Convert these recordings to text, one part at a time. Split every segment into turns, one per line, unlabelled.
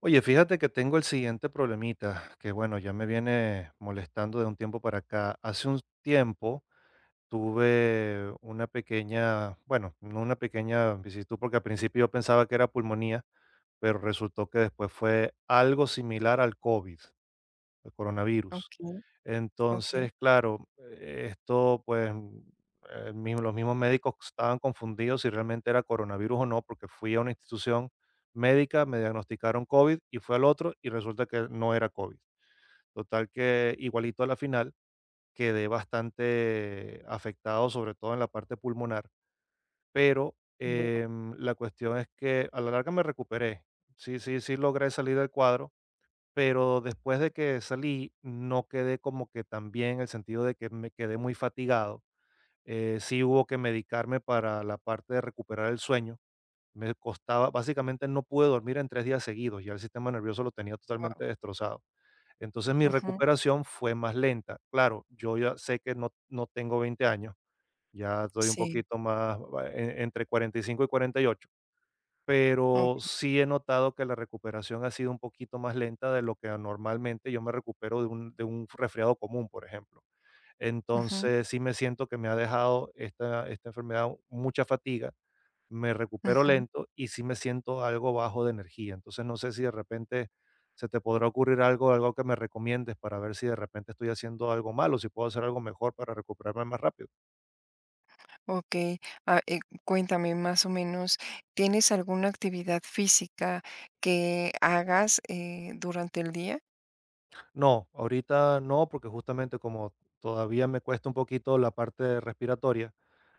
Oye, fíjate que tengo el siguiente problemita, que bueno, ya me viene molestando de un tiempo para acá. Hace un tiempo tuve una pequeña, bueno, no una pequeña vicisitud, porque al principio yo pensaba que era pulmonía, pero resultó que después fue algo similar al COVID, el coronavirus.
Okay. Okay.
Entonces, claro, esto pues los mismos médicos estaban confundidos si realmente era coronavirus o no, porque fui a una institución médica, me diagnosticaron COVID y fue al otro y resulta que no era COVID. Total que igualito a la final, quedé bastante afectado, sobre todo en la parte pulmonar, pero
Wow.
la cuestión es que a la larga me recuperé. Sí, sí, sí logré salir del cuadro, pero después de que salí, no quedé como que tan bien, en el sentido de que me quedé muy fatigado. Sí hubo que medicarme para la parte de recuperar el sueño. Me costaba, básicamente no pude dormir en 3 días seguidos, ya el sistema nervioso lo tenía
Guau.
totalmente destrozado. Entonces mi
Ujú.
recuperación fue más lenta. Claro, yo ya sé que no, no tengo 20 años, ya estoy un
Sí.
poquito más, va, entre 45 y 48, pero
Okey.
sí he notado que la recuperación ha sido un poquito más lenta de lo que normalmente yo me recupero de de un resfriado común, por ejemplo.
Ujú,
Entonces, sí me siento que me ha dejado esta enfermedad mucha fatiga, me recupero
ujú.
lento y sí me siento algo bajo de energía. Entonces, no sé si de repente se te podrá ocurrir algo, algo que me recomiendes para ver si de repente estoy haciendo algo malo, si puedo hacer algo mejor para recuperarme más rápido.
Okey. Ah, eh, cuéntame más o menos, ¿tienes alguna actividad física que hagas, durante el día?
No, ahorita no, porque justamente como todavía me cuesta un poquito la parte respiratoria,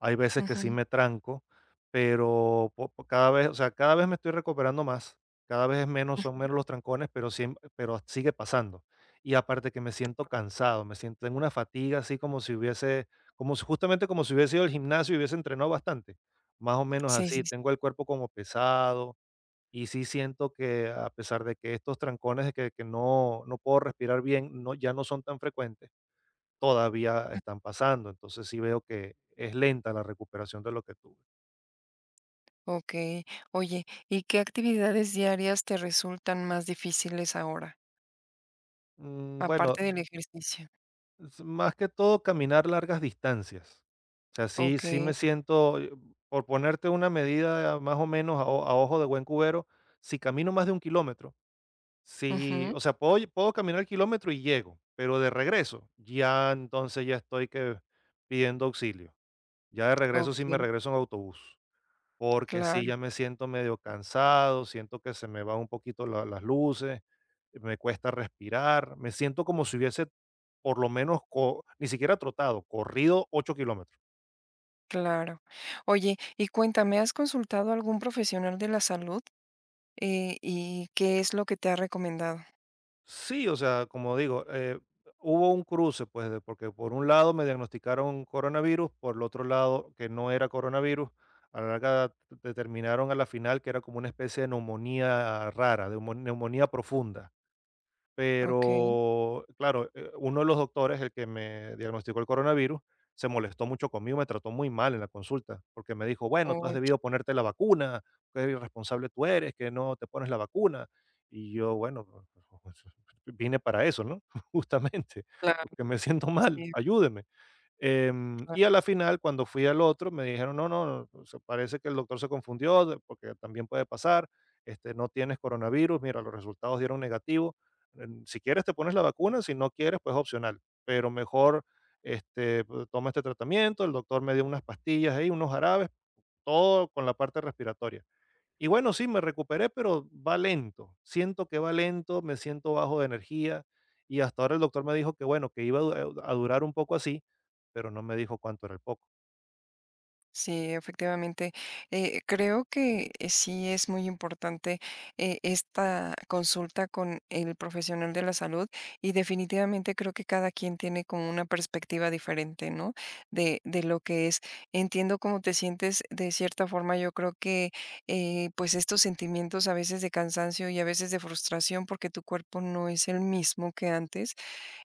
hay veces que
Ujú,
sí me tranco, pero po po cada vez, o sea, cada vez me estoy recuperando más, cada vez es menos son
ujú.
menos los trancones, pero siem pero sigue pasando. Y aparte que me siento cansado, me siento en una fatiga así como si justamente como si hubiese ido al gimnasio y hubiese entrenado bastante, más o menos
Sí, sí,
así,
sí.
tengo el cuerpo como pesado, y sí siento que a pesar de que estos trancones de que no puedo respirar bien, no, ya no son tan frecuentes, todavía están pasando. Entonces sí veo que es lenta la recuperación de lo que tuve.
Okey. Oye, ¿y qué actividades diarias te resultan más difíciles ahora?
Bueno,
Aparte del ejercicio.
es más que todo caminar largas distancias. O sea, sí, sí
Okey.
me siento, por ponerte una medida más o menos a ojo de buen cubero, si camino más de 1 kilómetro, sí,
Ujú.
o sea, puedo, puedo caminar el kilómetro y llego, pero de regreso, ya entonces ya estoy que pidiendo auxilio. Ya de regreso sí me
Okey.
regreso en autobús, porque sí,
Claro,
ya me siento medio cansado, siento que se me van un poquito las luces, me cuesta respirar, me siento como si hubiese, por lo menos, ni siquiera trotado, corrido 8 kilómetros.
claro. Oye, y cuéntame, ¿has consultado a algún profesional de la salud? ¿Y qué es lo que te ha recomendado?
Sí, o sea, como digo, hubo un cruce, pues, porque por un lado me diagnosticaron coronavirus, por el otro lado que no era coronavirus, a la larga determinaron a la final que era como una especie de neumonía rara, de neumonía profunda.
Okey.
Pero, claro, uno de los doctores, el que me diagnosticó el coronavirus, se molestó mucho conmigo, me trató muy mal en la consulta, porque me dijo: "Bueno, tú
Oh,
has debido ponerte la vacuna, qué irresponsable tú eres, que no te pones la vacuna". Y yo, bueno, vine para eso, ¿no? Justamente,
claro,
porque me siento mal,
sí,
ayúdeme.
claro.
Y a la final, cuando fui al otro, me dijeron: "No, no, no, o sea, parece que el doctor se confundió, porque también puede pasar, este, no tienes coronavirus, mira, los resultados dieron negativo. Si quieres te pones la vacuna, si no quieres, pues opcional, pero mejor este, pues, toma este tratamiento". El doctor me dio unas pastillas ahí, unos jarabes, todo con la parte respiratoria. Y bueno, sí, me recuperé, pero va lento. Siento que va lento, me siento bajo de energía y hasta ahora el doctor me dijo que bueno, que iba a durar un poco así, pero no me dijo cuánto era el poco.
Sí, efectivamente. Creo que sí es muy importante, esta consulta con el profesional de la salud, y definitivamente creo que cada quien tiene como una perspectiva diferente, ¿no? De lo que es. Entiendo cómo te sientes de cierta forma. Yo creo que, pues, estos sentimientos a veces de cansancio y a veces de frustración, porque tu cuerpo no es el mismo que antes.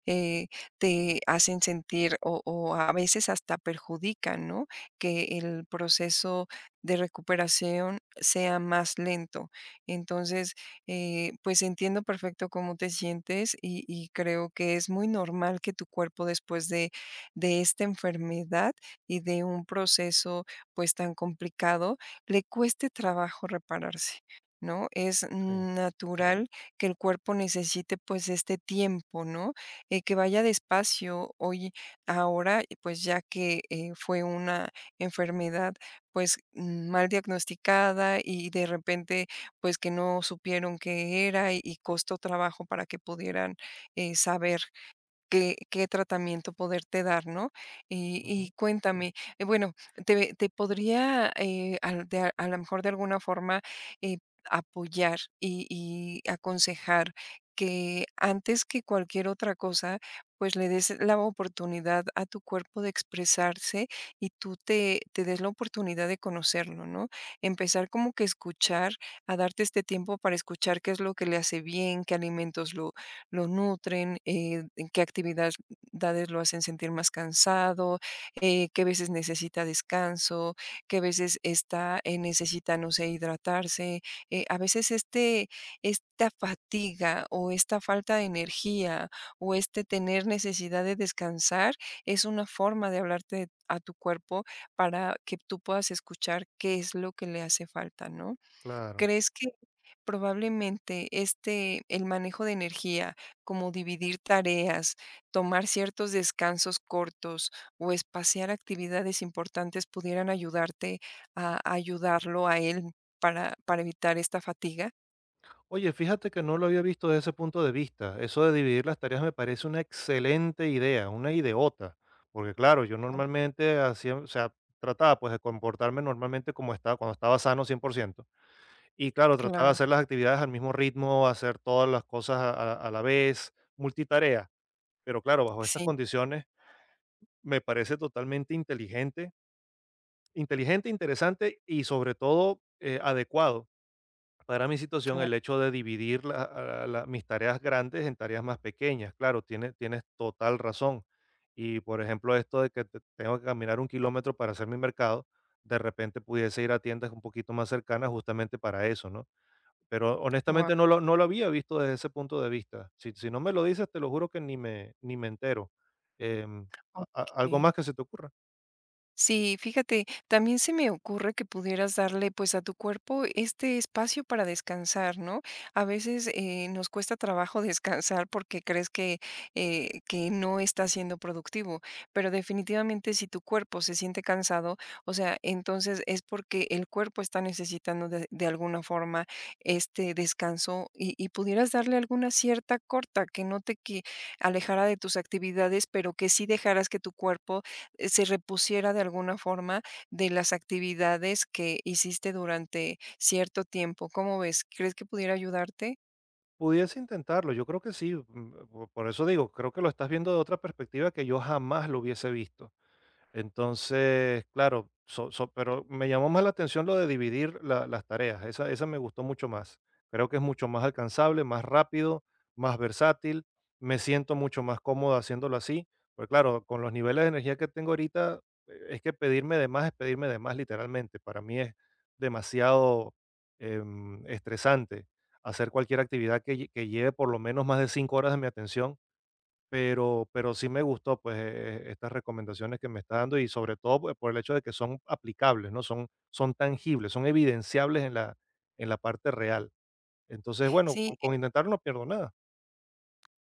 eh, Te hacen sentir o a veces hasta perjudican, ¿no? Que el proceso de recuperación sea más lento. Entonces, pues entiendo perfecto cómo te sientes y creo que es muy normal que tu cuerpo después de esta enfermedad y de un proceso pues tan complicado, le cueste trabajo repararse. ¿No? Es
Sí.
natural que el cuerpo necesite pues este tiempo, ¿no? Que vaya despacio hoy, ahora, y pues ya que fue una enfermedad pues mal diagnosticada y de repente pues que no supieron qué era y costó trabajo para que pudieran saber qué qué tratamiento poderte dar, ¿no? Y
Ujú.
cuéntame, bueno, te te podría, al de a lo mejor de alguna forma, eh, apoyar y aconsejar que antes que cualquier otra cosa, pues, le des la oportunidad a tu cuerpo de expresarse y tú te te des la oportunidad de conocerlo, ¿no? Empezar como que escuchar, a darte este tiempo para escuchar qué es lo que le hace bien, qué alimentos lo nutren, en qué actividades lo hacen sentir más cansado, qué veces necesita descanso, qué veces está, necesita, no sé, hidratarse. A veces este, esta fatiga o esta falta de energía o este tener necesidad de descansar es una forma de hablarte a tu cuerpo para que tú puedas escuchar qué es lo que le hace falta, ¿no?
Claro.
¿Crees que Probablemente, este, el manejo de energía, como dividir tareas, tomar ciertos descansos cortos o espaciar actividades importantes pudieran ayudarte a ayudarlo a él para evitar esta fatiga.
Oye, fíjate que no lo había visto desde ese punto de vista. Eso de dividir las tareas me parece una excelente idea, una ideota, porque claro, yo normalmente hacía, o sea, trataba pues de comportarme normalmente como estaba cuando estaba sano 100%. Y claro, trataba de
Claro,
hacer las actividades al mismo ritmo, hacer todas las cosas a la vez, multitarea. Pero claro, bajo estas
sí,
condiciones me parece totalmente inteligente, inteligente, interesante y sobre todo adecuado para mi situación
claro,
el hecho de dividir mis tareas grandes en tareas más pequeñas. Claro, tienes total razón. Y por ejemplo, esto de que tengo que caminar 1 kilómetro para hacer mi mercado, de repente pudiese ir a tiendas un poquito más cercanas justamente para eso, ¿no? Pero
guau,
honestamente no lo había visto desde ese punto de vista. Si no me lo dices, te lo juro que ni me entero. Em, a a algo
okey.
más que se te ocurra.
Sí, fíjate, también se me ocurre que pudieras darle pues a tu cuerpo este espacio para descansar, ¿no? A veces nos cuesta trabajo descansar porque crees que no está siendo productivo, pero definitivamente si tu cuerpo se siente cansado, o sea, entonces es porque el cuerpo está necesitando de alguna forma este descanso y pudieras darle alguna cierta corta que no te que alejara de tus actividades, pero que sí dejaras que tu cuerpo se repusiera de alguna forma de las actividades que hiciste durante cierto tiempo, ¿cómo ves? ¿Crees que pudiera ayudarte?
Pudiese intentarlo, yo creo que sí, po por eso digo, creo que lo estás viendo de otra perspectiva que yo jamás lo hubiese visto. Entonces, claro, pero me llamó más la atención lo de dividir las tareas. Esa me gustó mucho más. Creo que es mucho más alcanzable, más rápido, más versátil. Me siento mucho más cómodo haciéndolo así. Porque claro, con los niveles de energía que tengo ahorita, es que pedirme de más es pedirme de más literalmente. Para mí es demasiado estresante hacer cualquier actividad que, que lleve por lo menos más de 5 horas de mi atención, pero sí me gustó, pues, estas recomendaciones que me está dando y sobre todo por el hecho de que son aplicables, ¿no? Son tangibles, son evidenciables en la parte real. Entonces, bueno,
Sí,
con intentar no pierdo nada.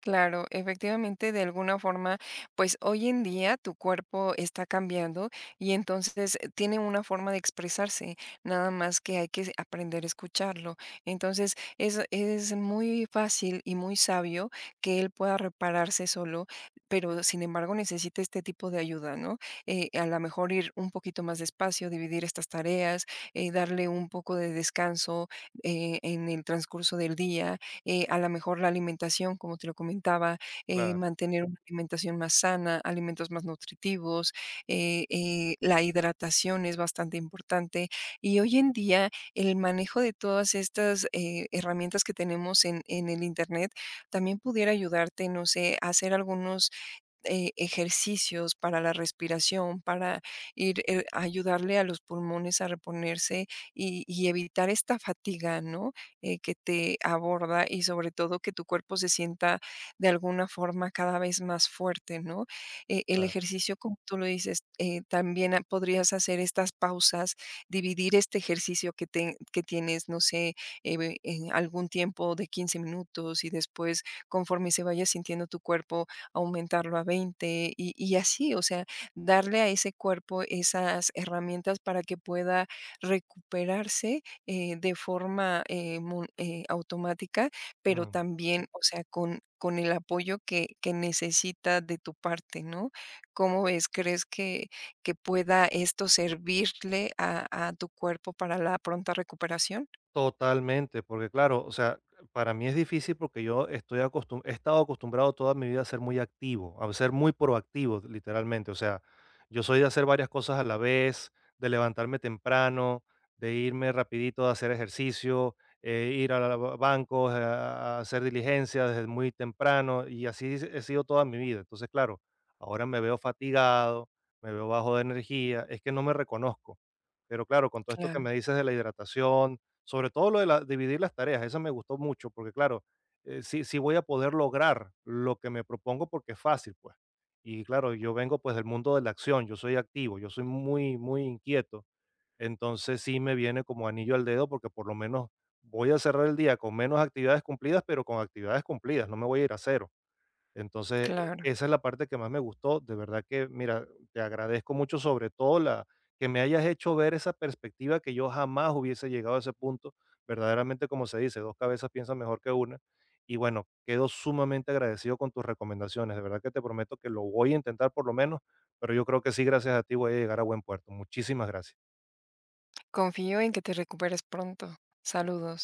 claro, efectivamente, de alguna forma, pues hoy en día tu cuerpo está cambiando y entonces tiene una forma de expresarse, nada más que hay que aprender a escucharlo. Entonces, es muy fácil y muy sabio que él pueda repararse solo, pero sin embargo necesita este tipo de ayuda, ¿no? A lo mejor ir un poquito más despacio, dividir estas tareas, darle un poco de descanso en el transcurso del día a lo mejor la alimentación, como te lo comentaba,
Claro,
mantener una alimentación más sana, alimentos más nutritivos, la hidratación es bastante importante. Y hoy en día el manejo de todas estas herramientas que tenemos en el Internet también pudiera ayudarte, no sé, a hacer algunos ejercicios para la respiración, para ir ayudarle a los pulmones a reponerse y evitar esta fatiga, ¿no? Que te aborda y sobre todo que tu cuerpo se sienta de alguna forma cada vez más fuerte, ¿no? El
claro.
ejercicio, como tú lo dices, también podrías hacer estas pausas, dividir este ejercicio que tienes, no sé, en algún tiempo de 15 minutos y después, conforme se vaya sintiendo tu cuerpo, aumentarlo a 20 y así, o sea, darle a ese cuerpo esas herramientas para que pueda recuperarse de forma automática, pero
Mm.
también, o sea, con el apoyo que necesita de tu parte, ¿no? ¿Cómo ves? ¿Crees que pueda esto servirle a tu cuerpo para la pronta recuperación?
Totalmente, porque claro, o sea, para mí es difícil porque yo estoy acostum he estado acostumbrado toda mi vida a ser muy activo, a ser muy proactivo, literalmente. O sea, yo soy de hacer varias cosas a la vez, de levantarme temprano, de irme rapidito a hacer ejercicio, ir bancos, a hacer diligencias desde muy temprano y así he sido toda mi vida. Entonces, claro, ahora me veo fatigado, me veo bajo de energía, es que no me reconozco. Pero claro, con todo esto que
Claro,
me dices de la hidratación, sobre todo lo de la dividir las tareas, eso me gustó mucho, porque claro, sí voy a poder lograr lo que me propongo porque es fácil, pues. Y claro, yo vengo, pues, del mundo de la acción, yo soy activo, yo soy muy, muy inquieto, entonces sí me viene como anillo al dedo, porque por lo menos voy a cerrar el día con menos actividades cumplidas, pero con actividades cumplidas, no me voy a ir a cero. Entonces,
claro.
esa es la parte que más me gustó. De verdad que, mira, te agradezco mucho, sobre todo la que me hayas hecho ver esa perspectiva que yo jamás hubiese llegado a ese punto. Verdaderamente, como se dice, dos cabezas piensan mejor que una. Y bueno, quedo sumamente agradecido con tus recomendaciones. De verdad que te prometo que lo voy a intentar por lo menos, pero yo creo que sí, gracias a ti voy a llegar a buen puerto. Muchísimas gracias.
Confío en que te recuperes pronto. Saludos.